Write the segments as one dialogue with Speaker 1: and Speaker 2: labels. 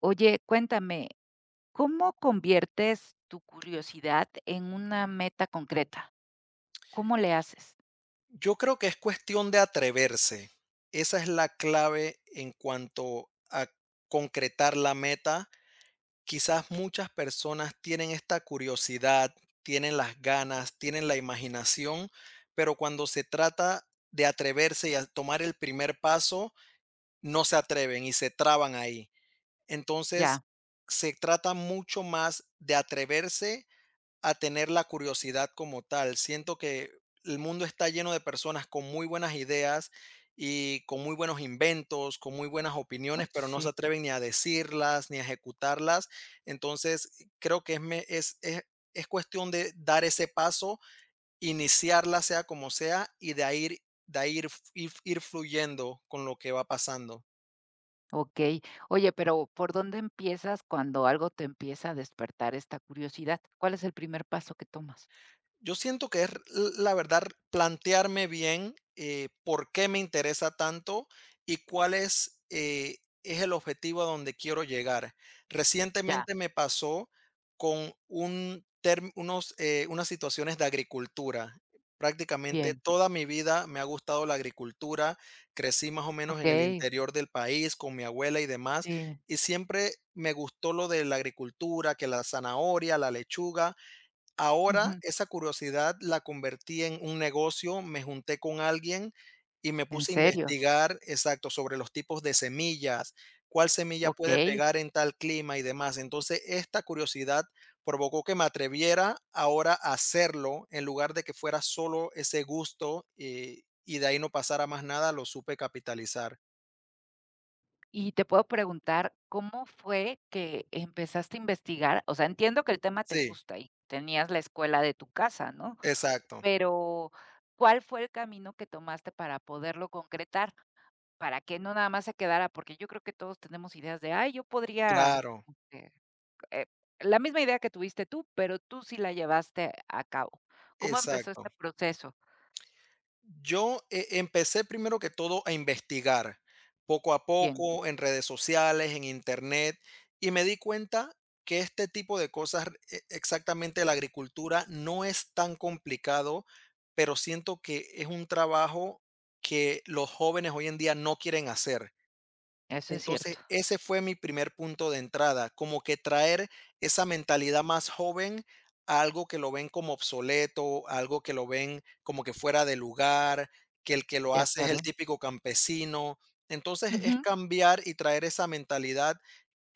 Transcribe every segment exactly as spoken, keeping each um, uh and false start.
Speaker 1: Oye, cuéntame, ¿cómo conviertes tu curiosidad en una meta concreta? ¿Cómo le haces?
Speaker 2: Yo creo que es cuestión de atreverse. Esa es la clave en cuanto a concretar la meta. Quizás muchas personas tienen esta curiosidad, tienen las ganas, tienen la imaginación, pero cuando se trata de atreverse y a tomar el primer paso, no se atreven y se traban ahí.
Speaker 1: Ya,
Speaker 2: Entonces, se trata mucho más de atreverse a tener la curiosidad como tal. Siento que el mundo está lleno de personas con muy buenas ideas y con muy buenos inventos, con muy buenas
Speaker 1: oh,
Speaker 2: opiniones, pero no se
Speaker 1: sí.
Speaker 2: atreven ni a decirlas, ni a ejecutarlas. Entonces, eh, creo que es, me- es, es, es cuestión de dar ese paso, iniciarla sea como sea, y de ahí, ir- de ahí ir, ir ir fluyendo con lo que va pasando.
Speaker 1: Ok. Oye, pero ¿por dónde empiezas cuando algo te empieza a despertar esta curiosidad? ¿Cuál es el primer paso que tomas?
Speaker 2: Yo siento que es, la verdad, plantearme bien eh, por qué me interesa tanto y cuál es, eh, es el objetivo a donde quiero llegar.
Speaker 1: Ya,
Speaker 2: Recientemente me pasó con un term- unos, eh, unas situaciones de agricultura. Prácticamente
Speaker 1: bien.
Speaker 2: toda mi vida me ha gustado la agricultura. Crecí más o menos
Speaker 1: Ok,
Speaker 2: en el interior del país con mi abuela y demás.
Speaker 1: sí.
Speaker 2: Y siempre me gustó lo de la agricultura, que la zanahoria, la lechuga. Ahora
Speaker 1: Ujú.
Speaker 2: esa curiosidad la convertí en un negocio, me junté con alguien y me
Speaker 1: ¿En
Speaker 2: puse a
Speaker 1: serio?
Speaker 2: investigar, exacto, sobre los tipos de semillas, cuál semilla puede
Speaker 1: Ok.
Speaker 2: pegar en tal clima y demás. Entonces, esta curiosidad provocó que me atreviera ahora a hacerlo en lugar de que fuera solo ese gusto y, y de ahí no pasara más nada, lo supe capitalizar.
Speaker 1: Y te puedo preguntar, ¿cómo fue que empezaste a investigar? O sea, entiendo que el tema te
Speaker 2: Sí,
Speaker 1: gusta y tenías la escuela de tu casa, ¿no?
Speaker 2: exacto,
Speaker 1: Pero, ¿cuál fue el camino que tomaste para poderlo concretar? Para que no nada más se quedara, porque yo creo que todos tenemos ideas de, ay, yo podría,
Speaker 2: claro,
Speaker 1: este, eh, la misma idea que tuviste tú, pero tú sí la llevaste a cabo. ¿Cómo empezó
Speaker 2: exacto.
Speaker 1: este proceso?
Speaker 2: Yo, eh, empecé primero que todo a investigar, poco a
Speaker 1: Bien,
Speaker 2: poco, en redes sociales, en Internet, y me di cuenta que este tipo de cosas, e exactamente la agricultura, no es tan complicado, pero siento que es un trabajo que los jóvenes hoy en día no quieren hacer.
Speaker 1: eso es
Speaker 2: Entonces,
Speaker 1: cierto,
Speaker 2: ese fue mi primer punto de entrada, como que traer esa mentalidad más joven a algo que lo ven como obsoleto, algo que lo ven como que fuera de lugar, que el que lo
Speaker 1: de
Speaker 2: hace es
Speaker 1: acuerdo.
Speaker 2: el típico campesino. Entonces, es
Speaker 1: Ujú.
Speaker 2: cambiar y traer esa mentalidad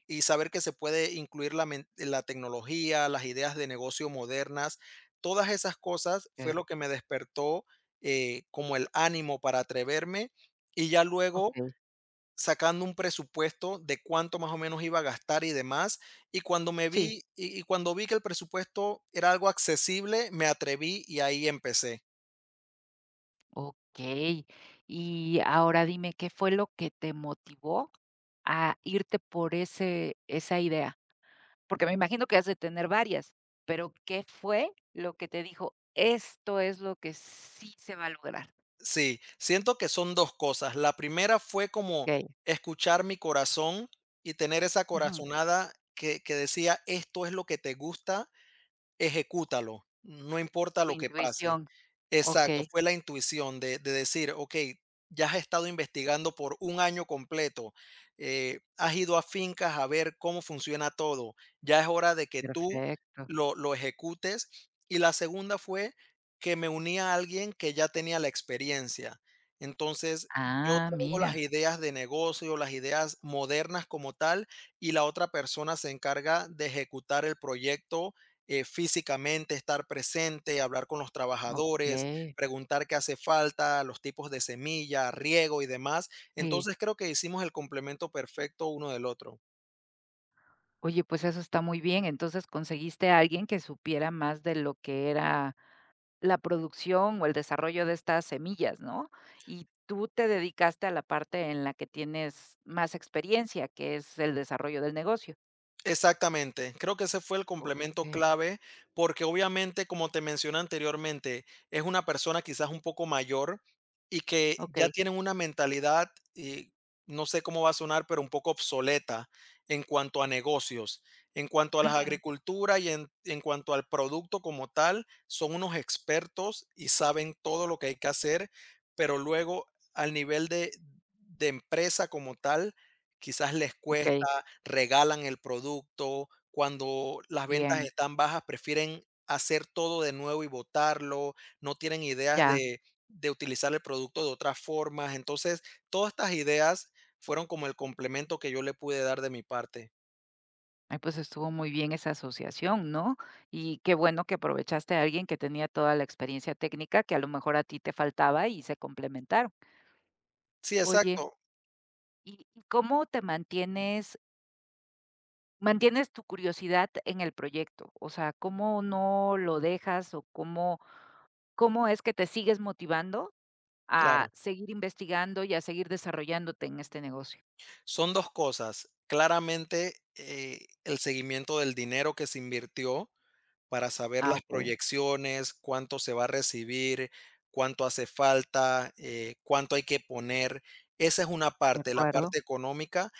Speaker 2: y saber que se puede incluir la, men- la tecnología, las ideas de negocio modernas, todas esas cosas fue
Speaker 1: Eh,
Speaker 2: lo que me despertó eh, como el ánimo para atreverme y ya luego
Speaker 1: Okey,
Speaker 2: sacando un presupuesto de cuánto más o menos iba a gastar y demás. Y cuando me
Speaker 1: sí.
Speaker 2: vi, y, y cuando vi que el presupuesto era algo accesible, me atreví y ahí empecé.
Speaker 1: Okey. Y ahora dime, ¿qué fue lo que te motivó a irte por ese esa idea? Porque me imagino que has de tener varias, pero, ¿qué fue lo que te dijo? Esto es lo que sí se va a lograr.
Speaker 2: Sí, siento que son dos cosas. La primera fue como
Speaker 1: Okey.
Speaker 2: escuchar mi corazón y tener esa
Speaker 1: Ujú.
Speaker 2: corazonada que, que decía, esto es lo que te gusta, ejecútalo, no importa
Speaker 1: Tu
Speaker 2: lo que pase.
Speaker 1: intuición.
Speaker 2: Exacto,
Speaker 1: Okey,
Speaker 2: fue la intuición de de decir: "Okey, ya has estado investigando por un año completo, eh, has ido a fincas a ver cómo funciona todo, ya es hora de que tú
Speaker 1: perfecto.
Speaker 2: lo lo ejecutes". Y la segunda fue que me uní a alguien que ya tenía la experiencia. Entonces, yo
Speaker 1: Ah,
Speaker 2: traigo las
Speaker 1: mira,
Speaker 2: ideas de negocio, las ideas modernas como tal, y la otra persona se encarga de ejecutar el proyecto eh, físicamente estar presente, hablar con los trabajadores,
Speaker 1: okey.
Speaker 2: preguntar qué hace falta, los tipos de semilla, riego y demás.
Speaker 1: Sí.
Speaker 2: Entonces creo que hicimos el complemento perfecto uno del otro.
Speaker 1: Oye, pues eso está muy bien. Entonces, conseguiste a alguien que supiera más de lo que era la producción o el desarrollo de estas semillas, ¿no? Y tú te dedicaste a la parte en la que tienes más experiencia, que es el desarrollo del negocio.
Speaker 2: Exactamente, creo que ese fue el complemento
Speaker 1: Okey,
Speaker 2: clave, porque obviamente, como te mencioné anteriormente, es una persona quizás un poco mayor y que ya
Speaker 1: okey.
Speaker 2: tienen una mentalidad, y no sé cómo va a sonar, pero un poco obsoleta en cuanto a negocios, en cuanto a la
Speaker 1: Ujú.
Speaker 2: agricultura y en, en cuanto al producto como tal, son unos expertos y saben todo lo que hay que hacer, pero luego al nivel de, de empresa como tal, quizás les
Speaker 1: Okey,
Speaker 2: cuesta regalan el producto, cuando las ventas
Speaker 1: bien,
Speaker 2: están bajas prefieren hacer todo de nuevo y botarlo, no tienen ideas
Speaker 1: ya.
Speaker 2: de, de utilizar el producto de otras formas. Entonces, todas estas ideas fueron como el complemento que yo le pude dar de mi parte.
Speaker 1: Ay, pues, estuvo muy bien esa asociación, ¿no? Y qué bueno que aprovechaste a alguien que tenía toda la experiencia técnica que a lo mejor a ti te faltaba y se complementaron.
Speaker 2: Sí,
Speaker 1: Oye,
Speaker 2: exacto,
Speaker 1: ¿y y cómo te mantienes mantienes tu curiosidad en el proyecto? O sea, ¿cómo no lo dejas o cómo cómo es que te sigues motivando a
Speaker 2: claro.
Speaker 1: seguir investigando y a seguir desarrollándote en este negocio?
Speaker 2: Son dos cosas. Claramente, eh, el seguimiento del dinero que se invirtió para saber
Speaker 1: Ah,
Speaker 2: las
Speaker 1: okey,
Speaker 2: proyecciones, cuánto se va a recibir, cuánto hace falta, eh, cuánto hay que poner. Esa es una
Speaker 1: de
Speaker 2: parte, la
Speaker 1: acuerdo.
Speaker 2: parte económica,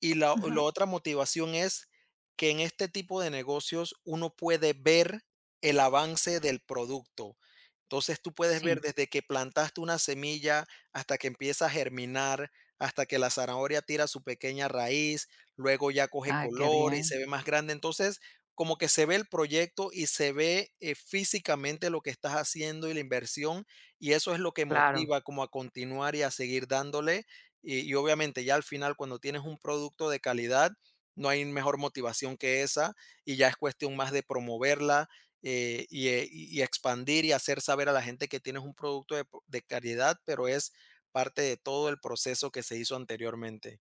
Speaker 2: y la, la
Speaker 1: Ujú.
Speaker 2: otra motivación es que en este tipo de negocios uno puede ver el avance del producto. Entonces tú puedes
Speaker 1: Sí.
Speaker 2: ver desde que plantaste una semilla hasta que empieza a germinar, hasta que la zanahoria tira su pequeña raíz, luego ya coge
Speaker 1: Ah, qué
Speaker 2: color y
Speaker 1: bien.
Speaker 2: se ve más grande. Entonces, como que se ve el proyecto y se ve eh, físicamente lo que estás haciendo y la inversión, y eso es lo que
Speaker 1: Claro,
Speaker 2: motiva como a continuar y a seguir dándole y, y obviamente ya al final cuando tienes un producto de calidad, no hay mejor motivación que esa y ya es cuestión más de promoverla eh, y, eh, y- y expandir y hacer saber a la gente que tienes un producto de, de calidad, pero es parte de todo el proceso que se hizo anteriormente.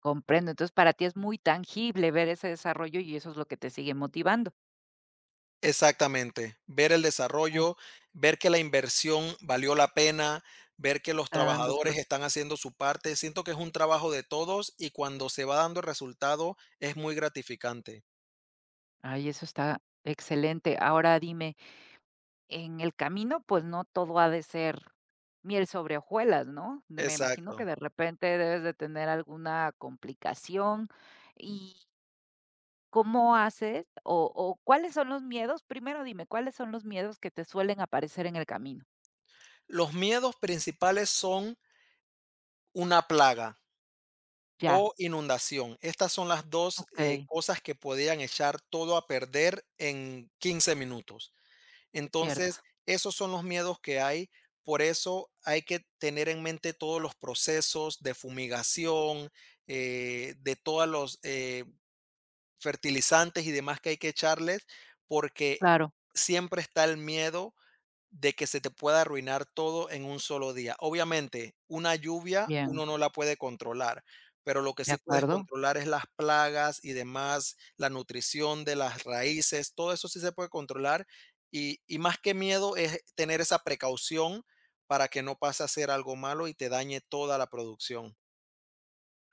Speaker 1: comprendo. Entonces, para ti es muy tangible ver ese desarrollo y eso es lo que te sigue motivando.
Speaker 2: Exactamente, ver el
Speaker 1: Oh.
Speaker 2: desarrollo, ver que la inversión valió la pena, ver que los
Speaker 1: Está dando
Speaker 2: trabajadores
Speaker 1: fruto.
Speaker 2: están haciendo su parte. Siento que es un trabajo de todos y cuando se va dando el resultado es muy gratificante.
Speaker 1: Ay, eso está excelente. Ahora dime, en el camino, pues no todo ha de ser miel sobre hojuelas, ¿no? De- Me imagino que
Speaker 2: Exacto.
Speaker 1: de repente debes de tener alguna complicación. ¿Y cómo haces o, o cuáles son los miedos? Primero dime, ¿cuáles son los miedos que te suelen aparecer en el camino?
Speaker 2: Los miedos principales son una plaga
Speaker 1: Ya,
Speaker 2: o inundación. Estas son las dos eh,
Speaker 1: ok,
Speaker 2: cosas que podían echar todo a perder en quince minutos.
Speaker 1: cierto.
Speaker 2: Entonces, esos son los miedos que hay. Por eso hay que tener en mente todos los procesos de fumigación, eh, de todos los eh, fertilizantes y demás que hay que echarles, porque
Speaker 1: Claro,
Speaker 2: siempre está el miedo de que se te pueda arruinar todo en un solo día. Obviamente, una lluvia
Speaker 1: bien,
Speaker 2: uno no la puede controlar, pero lo que
Speaker 1: de
Speaker 2: sí puedes
Speaker 1: acuerdo.
Speaker 2: controlar es las plagas y demás, la nutrición de las raíces, todo eso sí se puede controlar y, y más que miedo es tener esa precaución para que no pase a ser algo malo y te dañe toda la producción.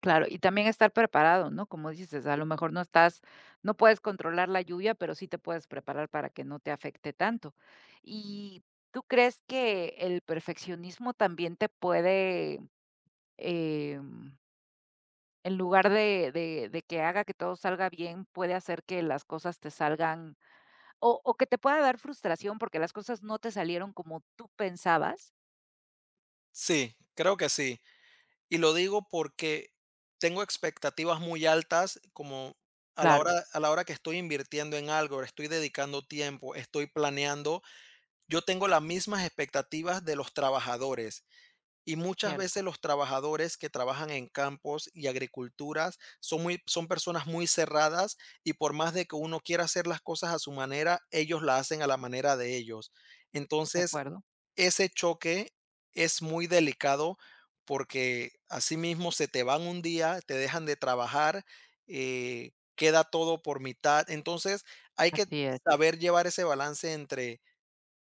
Speaker 1: Claro, y también estar preparado, ¿no? Como dices, a lo mejor no estás, no puedes controlar la lluvia, pero sí te puedes preparar para que no te afecte tanto. ¿Y tú crees que el perfeccionismo también te puede, eh, en lugar de, de- de que haga que todo salga bien, puede hacer que las cosas te salgan o, o que te pueda dar frustración porque las cosas no te salieron como tú pensabas?
Speaker 2: Sí, creo que sí. Y lo digo porque tengo expectativas muy altas, como a la
Speaker 1: Claro,
Speaker 2: hora a la hora que estoy invirtiendo en algo, estoy dedicando tiempo, estoy planeando, yo tengo las mismas expectativas de los trabajadores. Y muchas
Speaker 1: cierto,
Speaker 2: veces los trabajadores que trabajan en campos y agriculturas son, muy, son personas muy cerradas y por más de que uno quiera hacer las cosas a su manera, ellos la hacen a la manera de ellos.
Speaker 1: de
Speaker 2: Entonces,
Speaker 1: acuerdo,
Speaker 2: ese choque es muy delicado porque asimismo se te van un día, te dejan de trabajar, eh, queda todo por mitad. Entonces, hay que
Speaker 1: así
Speaker 2: saber llevar ese balance entre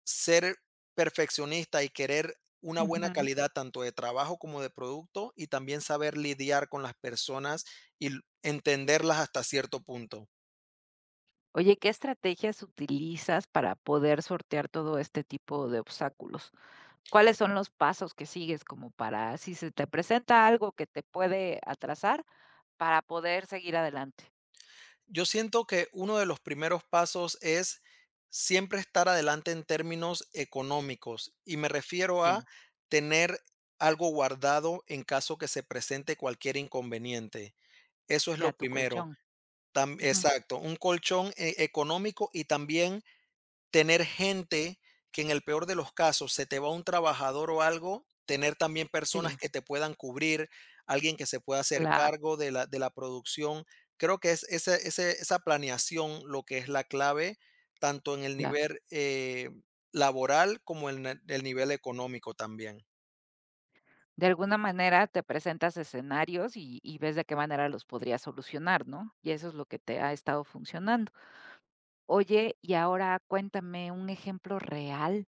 Speaker 2: ser perfeccionista y querer una buena
Speaker 1: es.
Speaker 2: calidad tanto de trabajo como de producto y también saber lidiar con las personas y l- entenderlas hasta cierto punto.
Speaker 1: Oye, ¿qué estrategias utilizas para poder sortear todo este tipo de obstáculos? ¿Cuáles son los pasos que sigues como para, si se te presenta algo que te puede atrasar, para poder seguir adelante?
Speaker 2: Yo siento que uno de los primeros pasos es siempre estar adelante en términos económicos y me refiero a
Speaker 1: Bien,
Speaker 2: tener algo guardado en caso que se presente cualquier inconveniente. Eso es
Speaker 1: ya
Speaker 2: lo
Speaker 1: tu
Speaker 2: primero.
Speaker 1: colchón.
Speaker 2: Tam-
Speaker 1: Ujú,
Speaker 2: exacto, un colchón eh, económico y también tener gente que en el peor de los casos se te va un trabajador o algo, tener también personas
Speaker 1: sí,
Speaker 2: que te puedan cubrir, alguien que se pueda hacer
Speaker 1: claro,
Speaker 2: cargo de la, de la producción. Creo que es esa, ese- esa planeación lo que es la clave, tanto en el
Speaker 1: ya.
Speaker 2: nivel eh, laboral como en el, el nivel económico también.
Speaker 1: De alguna manera te presentas escenarios y, y ves de qué manera los podrías solucionar, ¿no? Y eso es lo que te ha estado funcionando. Oye, y ahora cuéntame un ejemplo real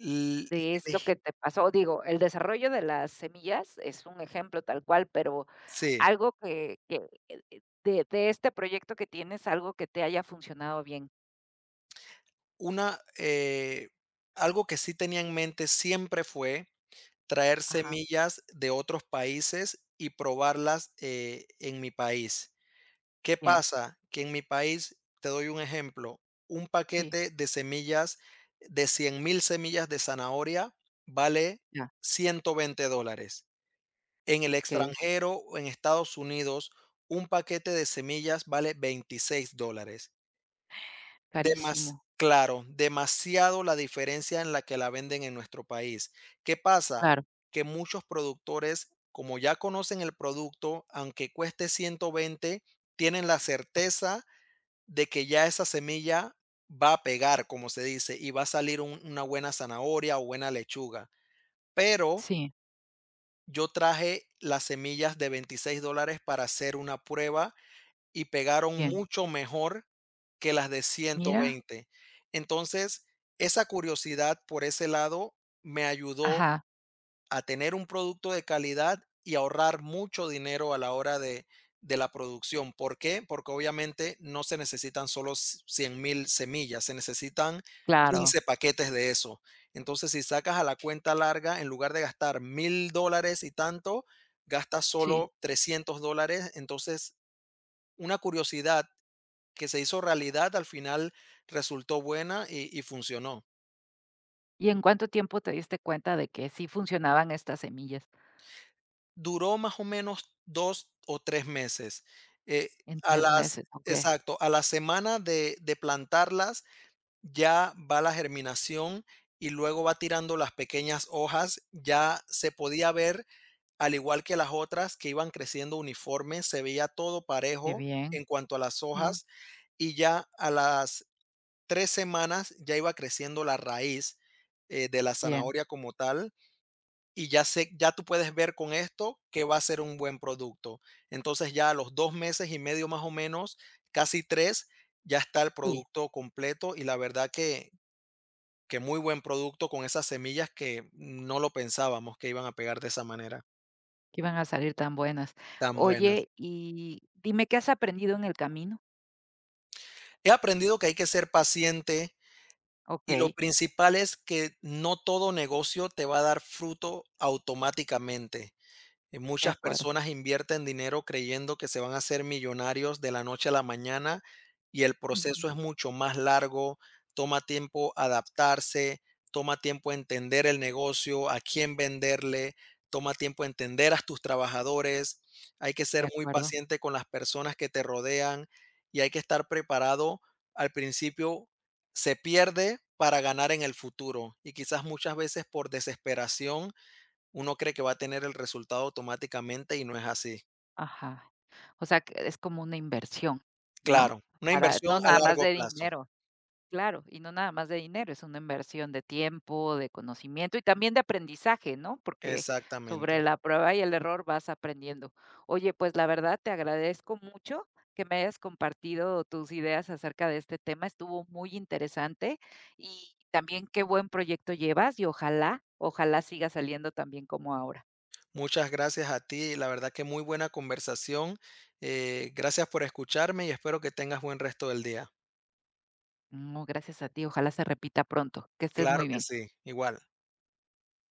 Speaker 2: L-
Speaker 1: de
Speaker 2: el
Speaker 1: esto que te pasó. Digo, el desarrollo de las semillas es un ejemplo tal cual, pero
Speaker 2: sí,
Speaker 1: algo que que, eh, eh, de de este proyecto que tienes, algo que te haya funcionado bien.
Speaker 2: una, eh, Algo que sí tenía en mente siempre fue traer
Speaker 1: Ajá,
Speaker 2: semillas de otros países y probarlas, eh, en mi país. ¿Qué
Speaker 1: bien,
Speaker 2: pasa? Que en mi país, te doy un ejemplo, un
Speaker 1: sí,
Speaker 2: paquete de semillas de cien mil semillas de zanahoria vale
Speaker 1: ya.
Speaker 2: ciento veinte dólares. En el
Speaker 1: Okey,
Speaker 2: extranjero o en Estados Unidos, un paquete de semillas vale veintiséis dólares. Demas
Speaker 1: carísimo,
Speaker 2: claro, demasiado la diferencia en la que la venden en nuestro país. ¿Qué pasa?
Speaker 1: claro,
Speaker 2: Que muchos productores, como ya conocen el producto, aunque cueste ciento veinte, tienen la certeza de que ya esa semilla va a pegar, como se dice, y va a salir un- una buena zanahoria o buena lechuga. Pero
Speaker 1: sí,
Speaker 2: yo traje las semillas de veintiséis dólares para hacer una prueba y pegaron
Speaker 1: bien,
Speaker 2: mucho mejor que las de
Speaker 1: mira,
Speaker 2: ciento veinte. Entonces, esa curiosidad por ese lado me ayudó
Speaker 1: ajá,
Speaker 2: a tener un producto de calidad y ahorrar mucho dinero a la hora de, de la producción. ¿Por qué? Porque obviamente no se necesitan solo cien mil semillas, se necesitan
Speaker 1: claro,
Speaker 2: quince paquetes de eso. Entonces, si sacas a la cuenta larga, en lugar de gastar mil dólares y tanto, gastas
Speaker 1: sí.
Speaker 2: solo trescientos dólares. Entonces, una curiosidad que se hizo realidad, al final resultó buena y y funcionó.
Speaker 1: ¿Y en cuánto tiempo te diste cuenta de que sí funcionaban estas semillas?
Speaker 2: Duró más o menos dos o tres meses. Eh,
Speaker 1: En
Speaker 2: a
Speaker 1: tres
Speaker 2: las
Speaker 1: meses, okey,
Speaker 2: exacto, a la semana de de plantarlas, ya va la germinación y luego va tirando las pequeñas hojas. Ya se podía ver, al igual que las otras, que iban creciendo uniforme, se veía todo
Speaker 1: qué
Speaker 2: parejo
Speaker 1: bien,
Speaker 2: en cuanto a las
Speaker 1: ujú,
Speaker 2: hojas, y ya a las tres semanas ya iba creciendo la raíz, eh, de la
Speaker 1: bien,
Speaker 2: zanahoria como tal y ya sé ya tú puedes ver con esto que va a ser un buen producto. Entonces, ya a los dos meses y medio más o menos, casi tres ya está el
Speaker 1: sí.
Speaker 2: producto completo y la verdad que que muy buen producto con esas semillas que no lo pensábamos que iban a pegar de esa manera,
Speaker 1: Que iban a salir tan buenas.
Speaker 2: tan buenas.
Speaker 1: Oye, y dime, ¿qué has aprendido en el camino?
Speaker 2: He aprendido que hay que ser paciente y lo
Speaker 1: Okey,
Speaker 2: principal es que no todo negocio te va a dar fruto automáticamente. Eh,
Speaker 1: de
Speaker 2: muchas
Speaker 1: acuerdo.
Speaker 2: personas invierten dinero creyendo que se van a hacer millonarios de la noche a la mañana y el
Speaker 1: Ujú.
Speaker 2: proceso es mucho más largo, toma tiempo adaptarse, toma tiempo entender el negocio, a quién venderle, toma tiempo entender a tus trabajadores, hay que
Speaker 1: De
Speaker 2: ser muy
Speaker 1: acuerdo.
Speaker 2: paciente con las personas que te rodean y hay que estar preparado. Al principio se pierde para ganar en el futuro y quizás muchas veces por desesperación uno cree que va a tener el resultado automáticamente y no es así.
Speaker 1: Ajá. O sea, que es como una inversión, ¿no?
Speaker 2: Claro, una
Speaker 1: Para no
Speaker 2: inversión a
Speaker 1: nada más
Speaker 2: largo
Speaker 1: de
Speaker 2: plazo.
Speaker 1: dinero. Claro, y no nada más de dinero, es una inversión de tiempo, de conocimiento y también de aprendizaje, ¿no? Porque sobre
Speaker 2: Exactamente.
Speaker 1: la prueba y el error vas aprendiendo. Oye, pues la verdad te agradezco mucho que me hayas compartido tus ideas acerca de este tema, estuvo muy interesante y también qué buen proyecto llevas y ojalá, ojalá siga saliendo también como ahora.
Speaker 2: Muchas gracias a ti. La verdad que muy buena conversación. Eh, gracias por escucharme y espero que tengas buen resto del día.
Speaker 1: No, gracias a ti, ojalá se repita pronto. Que estés muy
Speaker 2: Claro que
Speaker 1: bien.
Speaker 2: sí, igual.